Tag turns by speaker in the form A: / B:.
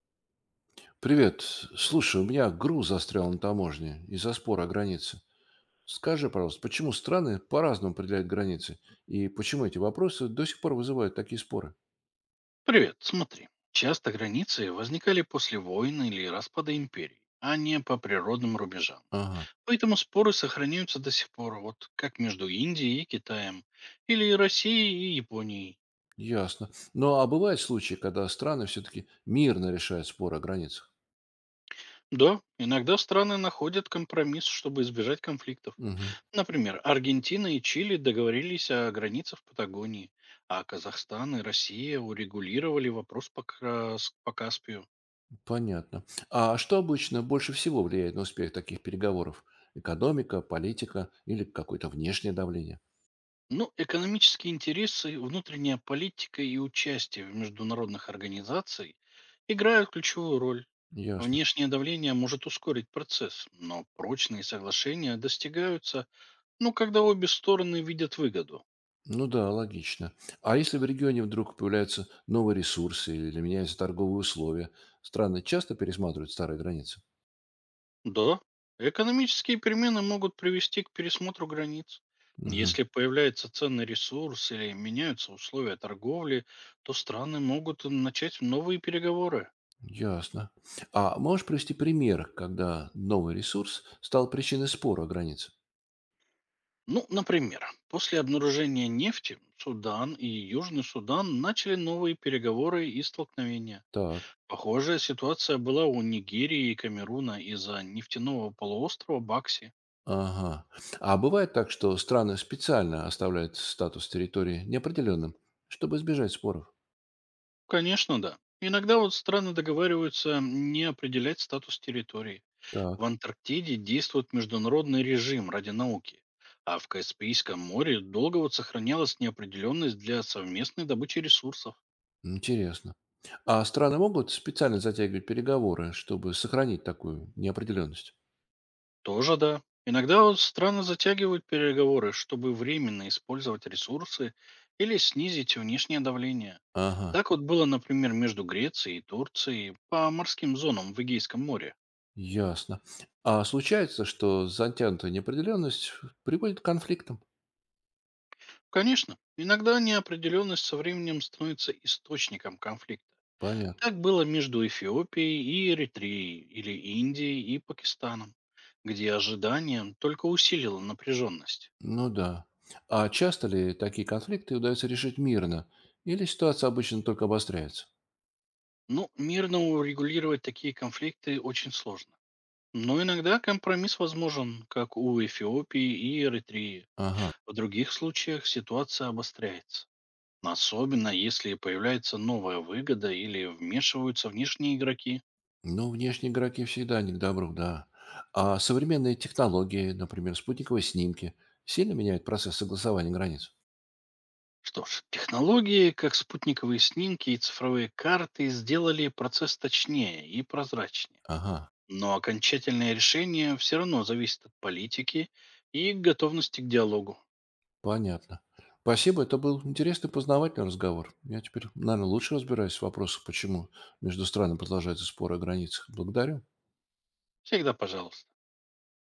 A: Привет. Слушай, у меня груз застрял на таможне из-за спора о границе. Скажи, пожалуйста, почему страны по-разному определяют границы? И почему эти вопросы до сих пор вызывают такие споры?
B: Привет, смотри. Часто границы возникали после войн или распада империй, а не по природным рубежам.
A: Ага,
B: Поэтому споры сохраняются до сих пор, вот как между Индией и Китаем, или Россией и Японией.
A: ясно. Ну, а бывают случаи, когда страны все-таки мирно решают споры о границах?
B: Да, иногда страны находят компромисс, чтобы избежать конфликтов.
A: Мгм,
B: Например, Аргентина и Чили договорились о границах Патагонии, а Казахстан и Россия урегулировали вопрос по Каспию.
A: понятно. А что обычно больше всего влияет на успех таких переговоров? Экономика, политика или какое-то внешнее давление?
B: Ну, экономические интересы, внутренняя политика и участие в международных организациях играют ключевую роль.
A: Ясно.
B: Внешнее давление может ускорить процесс, но прочные соглашения достигаются, ну, когда обе стороны видят выгоду.
A: Ну да, логично. А если в регионе вдруг появляются новые ресурсы или меняются торговые условия, страны часто пересматривают старые границы?
B: Да, экономические перемены могут привести к пересмотру границ.
A: Угу,
B: Если появляется ценный ресурс или меняются условия торговли, то страны могут начать новые переговоры.
A: ясно. А можешь привести пример, когда новый ресурс стал причиной спора о границе?
B: Ну, например, после обнаружения нефти Судан и Южный Судан начали новые переговоры и столкновения.
A: Так.
B: Похожая ситуация была у Нигерии и Камеруна из-за нефтяного полуострова Бакси.
A: Ага. А бывает так, что страны специально оставляют статус территории неопределенным, чтобы избежать споров?
B: Конечно, да. Иногда вот страны договариваются не определять статус территории. В
A: Так.
B: Антарктиде действует международный режим ради науки, а в Каспийском море долго вот сохранялась неопределенность для совместной добычи ресурсов.
A: Интересно. А страны могут специально затягивать переговоры, чтобы сохранить такую неопределенность?
B: Тоже да. Иногда вот страны затягивают переговоры, чтобы временно использовать ресурсы или снизить внешнее давление.
A: Ага.
B: Так вот было, например, между Грецией и Турцией по морским зонам в Эгейском море.
A: Ясно. А случается, что затянутая неопределенность приводит к конфликтам?
B: Конечно, иногда неопределенность со временем становится источником конфликта.
A: Понятно.
B: Так было между Эфиопией и Эритреей, или Индией и Пакистаном, где ожидание только усилило напряженность.
A: Ну да. А часто ли такие конфликты удается решить мирно? Или ситуация обычно только обостряется?
B: Но мирно урегулировать такие конфликты очень сложно. Но иногда компромисс возможен, как у Эфиопии и Эритрии.
A: Ага.
B: В других случаях ситуация обостряется. Особенно если появляется новая выгода или вмешиваются внешние игроки.
A: Ну, внешние игроки всегда не к добру, да. А современные технологии, например, спутниковые снимки, сильно меняют процесс согласования границ?
B: Что ж, технологии, как спутниковые снимки и цифровые карты, сделали процесс точнее и прозрачнее.
A: Ага.
B: Но окончательное решение все равно зависит от политики и готовности к диалогу.
A: Понятно. Спасибо, это был интересный познавательный разговор. Я теперь, наверное, лучше разбираюсь в вопросах, почему между странами продолжаются споры о границах. Благодарю.
B: Всегда пожалуйста.